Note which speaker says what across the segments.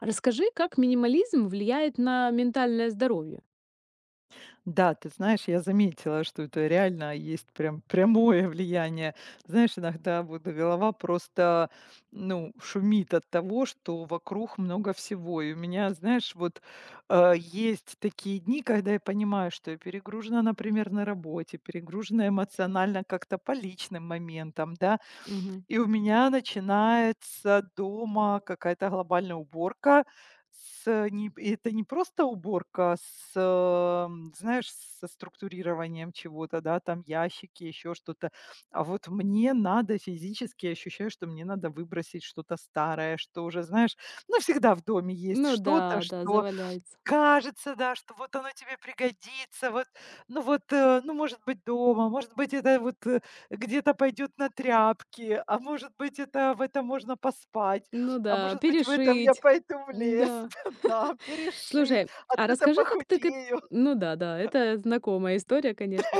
Speaker 1: Расскажи, как минимализм влияет на ментальное здоровье?
Speaker 2: Да, ты знаешь, я заметила, что это реально есть прям прямое влияние. Знаешь, иногда вот голова просто, ну, шумит от того, что вокруг много всего. И у меня, знаешь, вот есть такие дни, когда я понимаю, что я перегружена, например, на работе, перегружена эмоционально как-то по личным моментам, да,
Speaker 1: Мгм.
Speaker 2: и у меня начинается дома какая-то глобальная уборка. С э, не и это не просто уборка знаешь, со структурированием чего-то, да, там ящики, еще что-то. А вот мне надо физически, я ощущаю, что мне надо выбросить что-то старое, что уже, знаешь, ну, всегда в доме есть
Speaker 1: Ну
Speaker 2: что-то,
Speaker 1: да, да,
Speaker 2: что
Speaker 1: заваляется.
Speaker 2: кажется, да, что вот оно тебе пригодится. Вот, ну вот, ну, может быть, дома, может быть, это вот, где-то пойдет на тряпки, а может быть, это в этом можно поспать,
Speaker 1: Ну
Speaker 2: а
Speaker 1: да,
Speaker 2: может быть, в этом я
Speaker 1: перешить.
Speaker 2: пойду в лес,
Speaker 1: Да.
Speaker 2: да, перешить,
Speaker 1: Слушай,
Speaker 2: от
Speaker 1: а
Speaker 2: это
Speaker 1: расскажи, как ты к эт
Speaker 2: похудею.
Speaker 1: ну да, да, это знакомая история, конечно.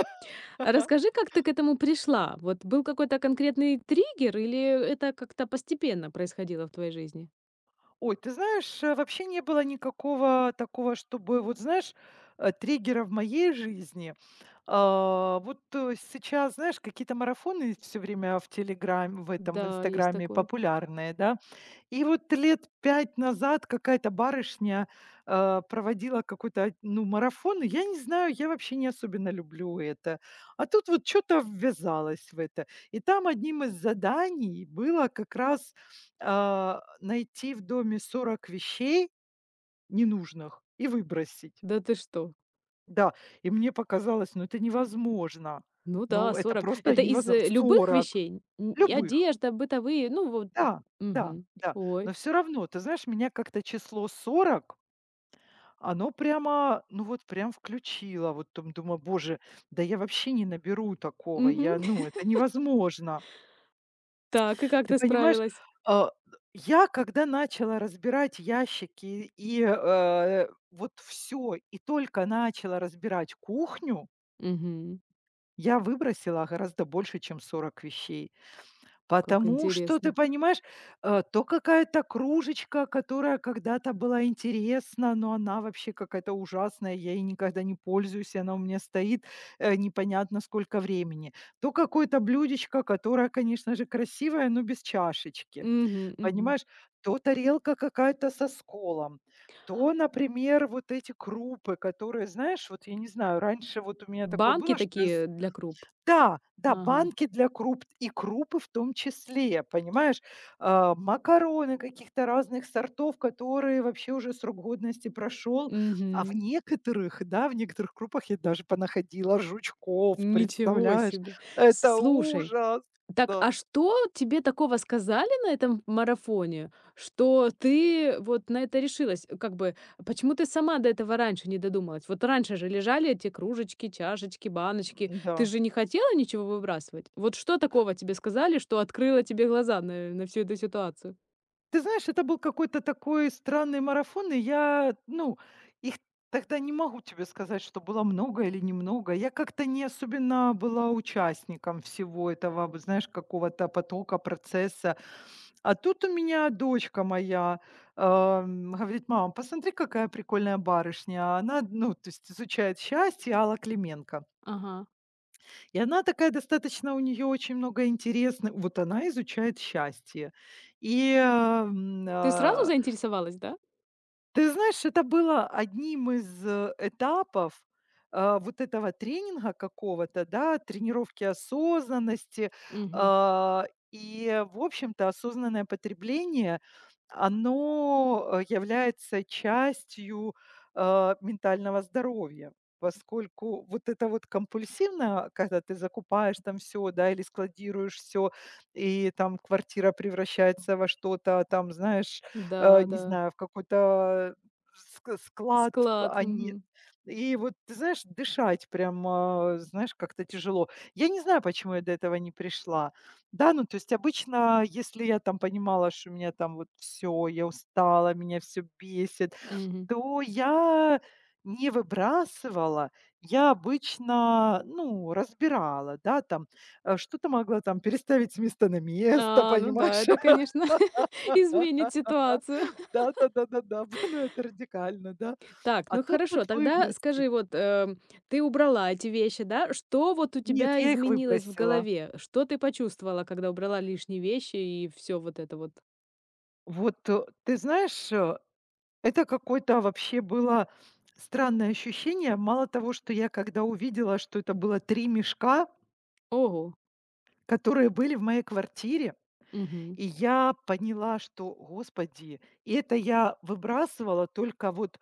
Speaker 1: А расскажи, как ты к этому пришла? Вот был какой-то конкретный триггер или это как-то постепенно происходило в твоей жизни?
Speaker 2: Ой, ты знаешь, вообще не было никакого такого, чтобы, вот знаешь, триггера в моей жизни. А, вот сейчас, знаешь, какие-то марафоны все время в Телеграме, в этом, в
Speaker 1: Да, есть
Speaker 2: Инстаграме
Speaker 1: такое.
Speaker 2: популярные, да, и вот лет 5 назад какая-то барышня, проводила какой-то, ну, марафон. И я не знаю, я вообще не особенно люблю это. А тут вот что то ввязалась в это. И там одним из заданий было как раз, а, найти в доме 40 вещей ненужных и выбросить.
Speaker 1: Да ты что?
Speaker 2: Да, и мне показалось, ну, это невозможно.
Speaker 1: Ну да,
Speaker 2: Ну, это
Speaker 1: 40.
Speaker 2: просто
Speaker 1: Это из,
Speaker 2: невозможно.
Speaker 1: любых
Speaker 2: 40
Speaker 1: вещей? Н и
Speaker 2: любых.
Speaker 1: одежда, бытовые, ну вот
Speaker 2: Да, да,
Speaker 1: мгм.
Speaker 2: да. Но
Speaker 1: Ой.
Speaker 2: все равно, ты знаешь, меня как-то число 40, оно прямо, ну вот прям включило. Вот там думаю: "Боже, да я вообще не наберу такого, я
Speaker 1: Мгм.
Speaker 2: ну, это невозможно".
Speaker 1: Так, и как
Speaker 2: Ты
Speaker 1: ты
Speaker 2: понимаешь,
Speaker 1: справилась?
Speaker 2: а, я когда начала разбирать ящики и, вот все, и только начала разбирать кухню,
Speaker 1: Мгм.
Speaker 2: я выбросила гораздо больше, чем 40 вещей.
Speaker 1: Как
Speaker 2: Потому что, ты
Speaker 1: интересно.
Speaker 2: понимаешь, то какая-то кружечка, которая когда-то была интересна, но она вообще какая-то ужасная, я ей никогда не пользуюсь, и она у меня стоит непонятно сколько времени. То какое-то блюдечко, которое, конечно же, красивое, но без чашечки.
Speaker 1: Мгм, мгм.
Speaker 2: Понимаешь? То тарелка какая-то со сколом. То, например, вот эти крупы, которые, знаешь, вот я не знаю, раньше вот у меня такое
Speaker 1: Банки
Speaker 2: было, что я з
Speaker 1: такие для круп?
Speaker 2: да, да,
Speaker 1: Ага.
Speaker 2: банки для круп и крупы в том числе, понимаешь? А, макароны каких-то разных сортов, которые вообще уже срок годности прошел. А в
Speaker 1: Мгм.
Speaker 2: некоторых, да, в некоторых крупах я даже понаходила жучков,
Speaker 1: Ничего
Speaker 2: представляешь?
Speaker 1: себе. С
Speaker 2: Это
Speaker 1: слушай,
Speaker 2: ужас!
Speaker 1: так,
Speaker 2: Да,
Speaker 1: а что тебе такого сказали на этом марафоне, что ты вот на это решилась? Как бы, почему ты сама до этого раньше не додумалась? Вот раньше же лежали эти кружечки, чашечки, баночки. Ты
Speaker 2: да.
Speaker 1: же не хотела ничего выбрасывать? Вот что такого тебе сказали, что открыло тебе глаза на всю эту ситуацию?
Speaker 2: Ты знаешь, это был какой-то такой странный марафон, и я, ну, их тогда не могу тебе сказать, что было много или немного. Я как-то не особенно была участником всего этого, вот знаешь, какого-то потока, процесса. А тут у меня дочка моя говорит, мама, посмотри, какая прикольная барышня. А она, ну, то есть изучает счастье Алла Клименко.
Speaker 1: Ага.
Speaker 2: И она такая достаточно, у нее очень много интересных. Вот она изучает счастье. И
Speaker 1: Ты сразу заинтересовалась, да?
Speaker 2: ты знаешь, это было одним из этапов, вот этого тренинга какого-то, да, тренировки осознанности.
Speaker 1: Мгм.
Speaker 2: А, и, в общем-то, осознанное потребление, оно, является частью ментального здоровья. Поскольку вот это вот компульсивно, когда ты закупаешь там все, да, или складируешь все и там квартира превращается во что-то там, знаешь,
Speaker 1: Да,
Speaker 2: не
Speaker 1: да.
Speaker 2: знаю, в какой-то ск склад,
Speaker 1: Склад.
Speaker 2: они
Speaker 1: Мгм.
Speaker 2: и вот, ты знаешь, дышать прям, а, знаешь, как-то тяжело. Я не знаю, почему я до этого не пришла. Да, ну, то есть обычно, если я там понимала, что у меня там вот все, я устала, меня все бесит,
Speaker 1: Мгм.
Speaker 2: то я не выбрасывала. Я обычно, ну, разбирала, да, там, что-то могла там переставить с места на место,
Speaker 1: А, ну да,
Speaker 2: понимаешь?
Speaker 1: это, конечно, изменит ситуацию.
Speaker 2: Да-да-да-да-да, б ну это радикально, да.
Speaker 1: Так,
Speaker 2: А
Speaker 1: ну
Speaker 2: тут
Speaker 1: хорошо,
Speaker 2: вот
Speaker 1: тогда
Speaker 2: выбросить.
Speaker 1: скажи, вот, ты убрала эти вещи, да? Что вот у
Speaker 2: Нет,
Speaker 1: тебя
Speaker 2: я их
Speaker 1: изменилось в
Speaker 2: выбросила.
Speaker 1: голове? Что ты почувствовала, когда убрала лишние вещи и все вот это вот?
Speaker 2: Вот, ты знаешь, это какое-то вообще было странное ощущение. Мало того, что я когда увидела, что это было 3 мешка,
Speaker 1: Ого.
Speaker 2: которые были в моей квартире,
Speaker 1: Мгм.
Speaker 2: и я поняла, что, господи, и это я выбрасывала только вот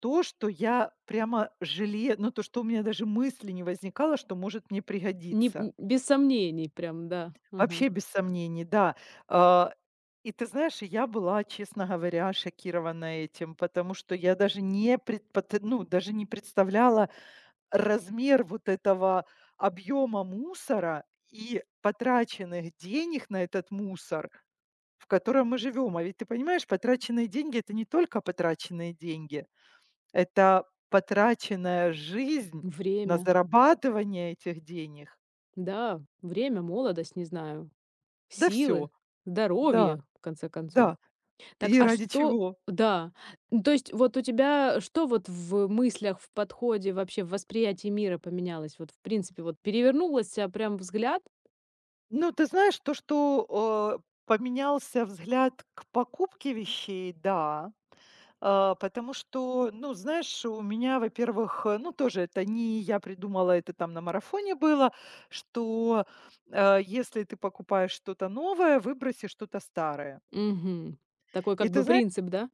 Speaker 2: то, что я прямо жалею, ну, то, что у меня даже мысли не возникало, что может мне
Speaker 1: Не
Speaker 2: пригодиться.
Speaker 1: н без сомнений прям, да. Ага.
Speaker 2: Вообще без сомнений, да. А, и ты знаешь, я была, честно говоря, шокирована этим, потому что я даже не предпот ну, даже не представляла размер вот этого объема мусора и потраченных денег на этот мусор, в котором мы живем. А ведь ты понимаешь, потраченные деньги - это не только потраченные деньги, это потраченная жизнь на
Speaker 1: Время.
Speaker 2: зарабатывание этих денег.
Speaker 1: Да, время, молодость, не знаю.
Speaker 2: Да все,
Speaker 1: Силы,
Speaker 2: да,
Speaker 1: здоровье, в конце концов.
Speaker 2: да.
Speaker 1: Так,
Speaker 2: И
Speaker 1: а
Speaker 2: ради
Speaker 1: что.
Speaker 2: чего?
Speaker 1: Да. Ну, то есть вот у тебя что вот в мыслях, в подходе, вообще в восприятии мира поменялось? Вот, в принципе, вот перевернулся прям взгляд.
Speaker 2: Ну, ты знаешь, то, что, поменялся взгляд к покупке вещей, да. А, потому что, ну, знаешь, у меня, во-первых, ну, тоже это не я придумала, это там на марафоне было, что, если ты покупаешь что-то новое, выброси что-то старое.
Speaker 1: Мгм. Такой
Speaker 2: И
Speaker 1: как
Speaker 2: ты
Speaker 1: бы
Speaker 2: знаешь,
Speaker 1: принцип, да?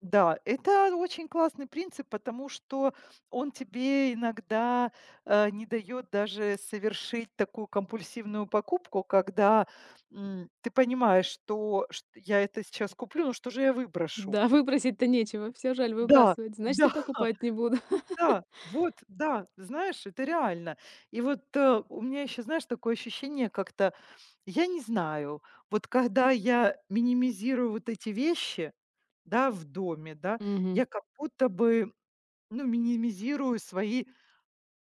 Speaker 2: да, это очень классный принцип, потому что он тебе иногда не дает даже совершить такую компульсивную покупку, когда ты понимаешь, что я это сейчас куплю, но что же я выброшу?
Speaker 1: Да, выбросить-то нечего, все жаль
Speaker 2: Да,
Speaker 1: выбрасывать, значит,
Speaker 2: да,
Speaker 1: и покупать не буду.
Speaker 2: да, вот, да, знаешь, это реально. И вот у меня еще, знаешь, такое ощущение как-то, я не знаю, вот когда я минимизирую вот эти вещи, да, в доме, да,
Speaker 1: Мгм.
Speaker 2: я как будто бы ну, минимизирую свои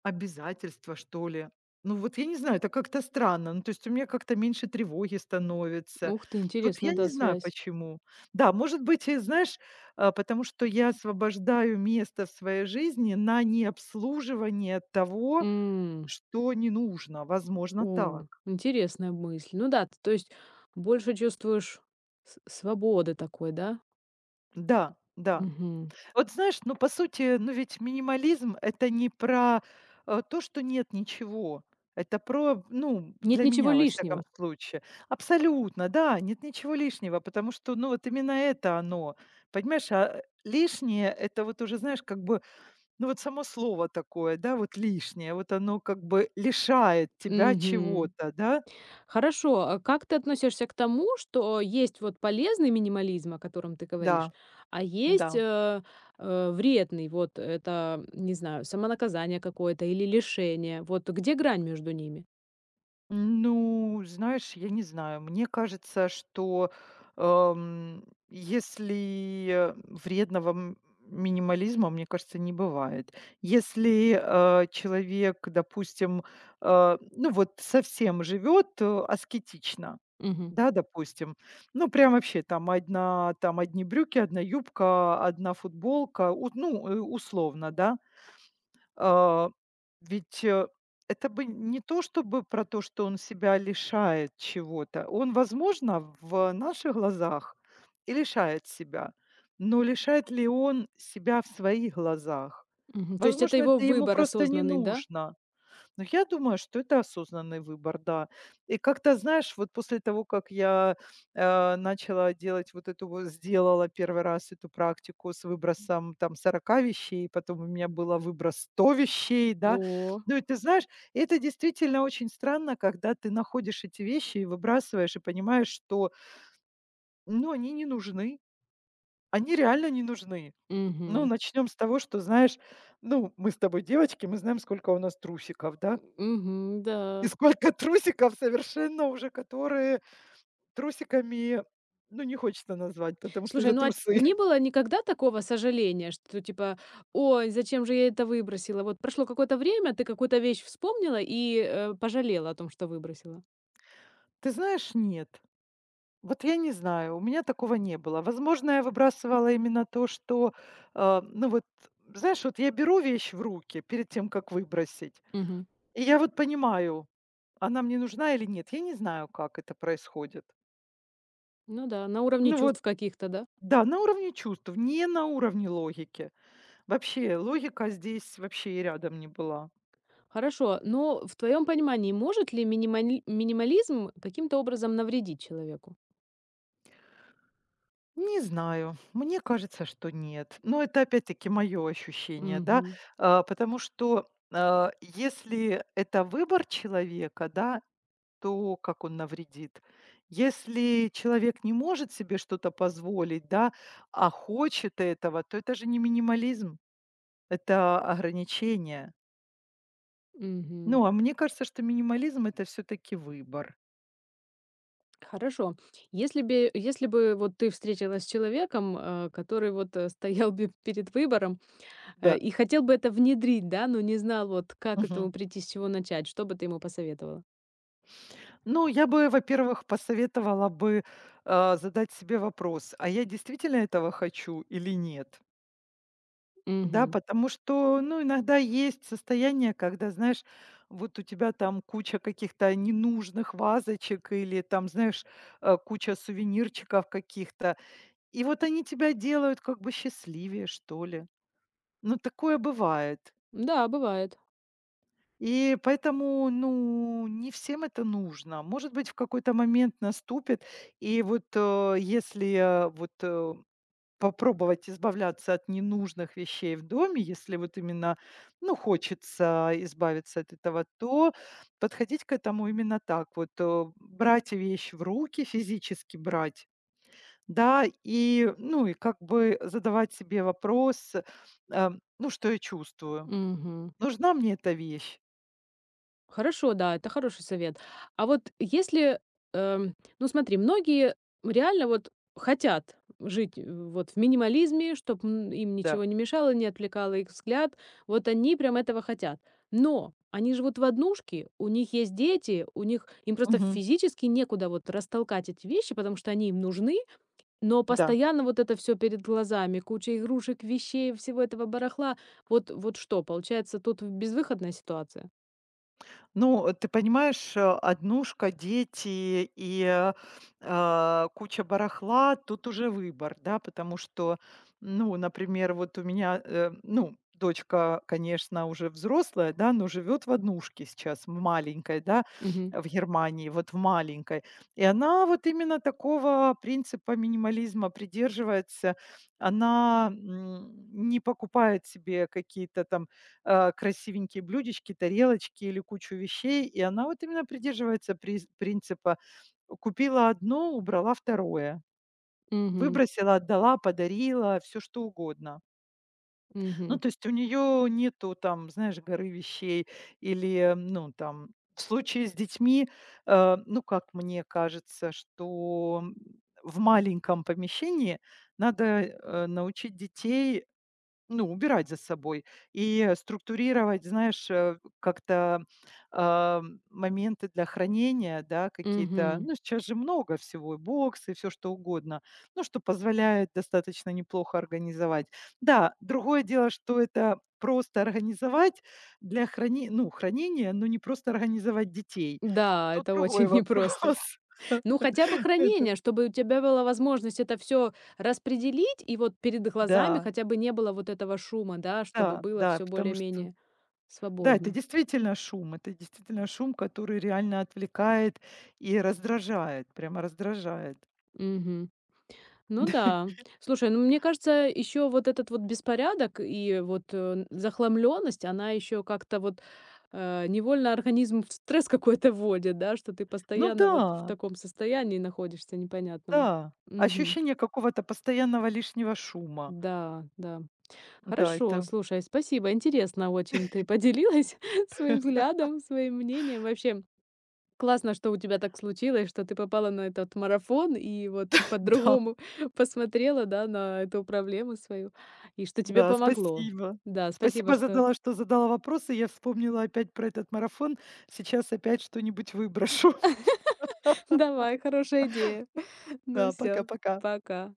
Speaker 2: обязательства, что ли. Ну, вот я не знаю, это как-то странно. Ну, то есть у меня как-то меньше тревоги становится.
Speaker 1: Ух ты,
Speaker 2: Вот
Speaker 1: интересно,
Speaker 2: я не
Speaker 1: да,
Speaker 2: знаю
Speaker 1: связь.
Speaker 2: почему. Да, может быть, и знаешь, а, потому что я освобождаю место в своей жизни на необслуживание того,
Speaker 1: М.
Speaker 2: что не нужно. Возможно, так.
Speaker 1: О, интересная мысль. Ну да, т то есть больше чувствуешь с свободы такой, да?
Speaker 2: Да, да.
Speaker 1: Мгм.
Speaker 2: Вот знаешь, ну, по сути, ну, ведь минимализм - это не про, то, что нет ничего. Это про, ну,
Speaker 1: Нет
Speaker 2: для
Speaker 1: ничего
Speaker 2: меня, во
Speaker 1: лишнего.
Speaker 2: всяком случае. Абсолютно, да, нет ничего лишнего, потому что, ну, вот именно это оно. Понимаешь, а лишнее - это вот уже, знаешь, как бы, ну, вот само слово такое, да, вот лишнее, вот оно как бы лишает тебя
Speaker 1: Мгм.
Speaker 2: чего-то, да?
Speaker 1: Хорошо, а как ты относишься к тому, что есть вот полезный минимализм, о котором ты
Speaker 2: Да,
Speaker 1: говоришь, а
Speaker 2: да.
Speaker 1: есть, вредный, вот это, не знаю, самонаказание какое-то или лишение. Вот где грань между ними?
Speaker 2: Ну, знаешь, я не знаю. Мне кажется, что эм, если вредного минимализма, мне кажется, не бывает. Если человек, допустим, ну вот совсем живет аскетично,
Speaker 1: Мгм,
Speaker 2: да, допустим, ну прям вообще там одна, там одни брюки, одна юбка, одна футболка, ну условно, да, а, ведь, это бы не то чтобы про то, что он себя лишает чего-то. Он, возможно, в наших глазах и лишает себя, но лишает ли он себя в своих глазах?
Speaker 1: мгм. То есть это
Speaker 2: Возможно,
Speaker 1: его
Speaker 2: это ему
Speaker 1: выбор
Speaker 2: просто не
Speaker 1: осознанный, да?
Speaker 2: нужно. Ну, я думаю, что это осознанный выбор, да. И как-то, знаешь, вот после того, как я, начала делать вот эту вот, сделала первый раз эту практику с выбросом там сорока вещей, потом у меня было выброс 100 вещей, да.
Speaker 1: О.
Speaker 2: Ну и ты знаешь, это действительно очень странно, когда ты находишь эти вещи и выбрасываешь, и понимаешь, что, ну, они не нужны, они реально не нужны. Ну,
Speaker 1: Угу.
Speaker 2: начнем с того, что, знаешь, ну, мы с тобой девочки, мы знаем, сколько у нас трусиков, да?
Speaker 1: Угу.
Speaker 2: И
Speaker 1: Да.
Speaker 2: сколько трусиков совершенно уже, которые трусиками, ну, не хочется назвать, потому что
Speaker 1: Слушай,
Speaker 2: это
Speaker 1: ну, а
Speaker 2: трусы.
Speaker 1: не было никогда такого сожаления, что типа: "Ой, зачем же я это выбросила?" Вот прошло какое-то время, ты какую-то вещь вспомнила и, пожалела о том, что выбросила.
Speaker 2: Ты знаешь, нет. Вот я не знаю, у меня такого не было. Возможно, я выбрасывала именно то, что, ну вот, знаешь, вот я беру вещь в руки перед тем, как выбросить,
Speaker 1: Мгм.
Speaker 2: и я вот понимаю, она мне нужна или нет. Я не знаю, как это происходит.
Speaker 1: Ну да, на уровне
Speaker 2: Ну вот,
Speaker 1: чувств каких-то, да?
Speaker 2: да, на уровне чувств, не на уровне логики. Вообще, логика здесь вообще и рядом не была.
Speaker 1: Хорошо, но в твоем понимании, может ли минимализм каким-то образом навредить человеку?
Speaker 2: Не знаю, мне кажется, что нет. Но это опять-таки мое ощущение, да,
Speaker 1: Мгм,
Speaker 2: а, потому что а, если это выбор человека, да, то как он навредит. Если человек не может себе что-то позволить, да, а хочет этого, то это же не минимализм, это ограничение.
Speaker 1: мгм.
Speaker 2: Ну, а мне кажется, что минимализм это все-таки выбор.
Speaker 1: Хорошо. Если бы, если бы вот ты встретилась с человеком, который вот, стоял бе перед выбором,
Speaker 2: Да.
Speaker 1: и хотел бы это внедрить, да, но не знал, вот как к этому прийти, с чего начать. Что бы ты ему посоветовала?
Speaker 2: Ну, я бы, во-первых, посоветовала бы, задать себе вопрос: "А я действительно этого хочу или нет?" Да,
Speaker 1: Мгм.
Speaker 2: потому что, ну, иногда есть состояние, когда, знаешь, вот у тебя там куча каких-то ненужных вазочек или там, знаешь, куча сувенирчиков каких-то, и вот они тебя делают как бы счастливее, что ли. Ну, такое бывает.
Speaker 1: Да, бывает.
Speaker 2: И поэтому, ну, не всем это нужно. Может быть, в какой-то момент наступит, и вот если вот попробовать избавляться от ненужных вещей в доме, если вот именно, ну, хочется избавиться от этого, то подходить к этому именно так, вот брать вещь в руки, физически брать, да, и, ну, и как бы задавать себе вопрос, э, ну, что я чувствую,
Speaker 1: Мгм.
Speaker 2: нужна мне эта вещь,
Speaker 1: Хорошо, да, это хороший совет. А вот если, эм, ну смотри, многие реально вот хотят жить, вот в минимализме, чтобы им
Speaker 2: да.
Speaker 1: ничего не мешало, не отвлекало их взгляд. Вот они прям этого хотят. Но они живут в однушке, у них есть дети, у них им просто
Speaker 2: Мгм.
Speaker 1: физически некуда вот растолкать эти вещи, потому что они им нужны. Но
Speaker 2: Да.
Speaker 1: постоянно вот это все перед глазами, куча игрушек, вещей, всего этого барахла. Вот вот что, получается, тут безвыходная ситуация?
Speaker 2: Ну, ты понимаешь, однушка, дети и, а, куча барахла, тут уже выбор, да, потому что, ну, например, вот у меня, ну, дочка, конечно, уже взрослая, да, но живет в однушке сейчас, в маленькой, да,
Speaker 1: Мгм.
Speaker 2: в Германии, вот в маленькой. И она вот именно такого принципа минимализма придерживается. Она не покупает себе какие-то там красивенькие блюдечки, тарелочки или кучу вещей. И она вот именно придерживается приз принципа: купила 1, убрала второе,
Speaker 1: Мгм.
Speaker 2: выбросила, отдала, подарила, все что угодно. Ну,
Speaker 1: Мгм.
Speaker 2: то есть у нее нету там, знаешь, горы вещей или, ну, там в случае с детьми, ну, как мне кажется, что в маленьком помещении надо научить детей, ну, убирать за собой и структурировать, знаешь, как-то, а, моменты для хранения, да, какие-то.
Speaker 1: Мгм.
Speaker 2: Ну, сейчас же много всего, и боксы, и всё что угодно, ну, что позволяет достаточно неплохо организовать. Да, другое дело, что это просто организовать для храни ну, хранения, но не просто организовать детей.
Speaker 1: Да,
Speaker 2: Тут
Speaker 1: это очень
Speaker 2: другой
Speaker 1: непросто.
Speaker 2: вопрос.
Speaker 1: Ну, хотя бы
Speaker 2: Это
Speaker 1: хранение, чтобы у тебя была возможность это все распределить, и вот перед глазами
Speaker 2: да,
Speaker 1: хотя бы не было вот этого шума, да, чтобы
Speaker 2: да,
Speaker 1: было
Speaker 2: да,
Speaker 1: все
Speaker 2: потому что
Speaker 1: более-менее
Speaker 2: да, это
Speaker 1: свободно.
Speaker 2: действительно шум. Это действительно шум, который реально отвлекает и раздражает, прямо раздражает.
Speaker 1: Мгм. Ну да. Слушай, ну мне кажется, еще вот этот вот беспорядок и вот захламленность, она еще как-то вот невольно организм в стресс какой-то вводит, да, что ты
Speaker 2: Ну
Speaker 1: постоянно вот в
Speaker 2: да,
Speaker 1: таком состоянии находишься непонятном.
Speaker 2: да.
Speaker 1: Мгм.
Speaker 2: Ощущение какого-то постоянного лишнего шума.
Speaker 1: Да, да.
Speaker 2: Да,
Speaker 1: Хорошо,
Speaker 2: это
Speaker 1: слушай, спасибо. Интересно очень ты поделилась своим взглядом, своим мнением. Вообще, классно, что у тебя так случилось, что ты попала на этот марафон и вот
Speaker 2: да,
Speaker 1: по-другому посмотрела, да, на эту проблему свою, и что тебе
Speaker 2: да,
Speaker 1: помогло.
Speaker 2: спасибо.
Speaker 1: Да, спасибо,
Speaker 2: Спасибо
Speaker 1: что
Speaker 2: задала, что задала вопросы. Я вспомнила опять про этот марафон. Сейчас опять что-нибудь выброшу.
Speaker 1: давай, хорошая идея. Ну
Speaker 2: Да,
Speaker 1: все,
Speaker 2: пока-пока.
Speaker 1: пока.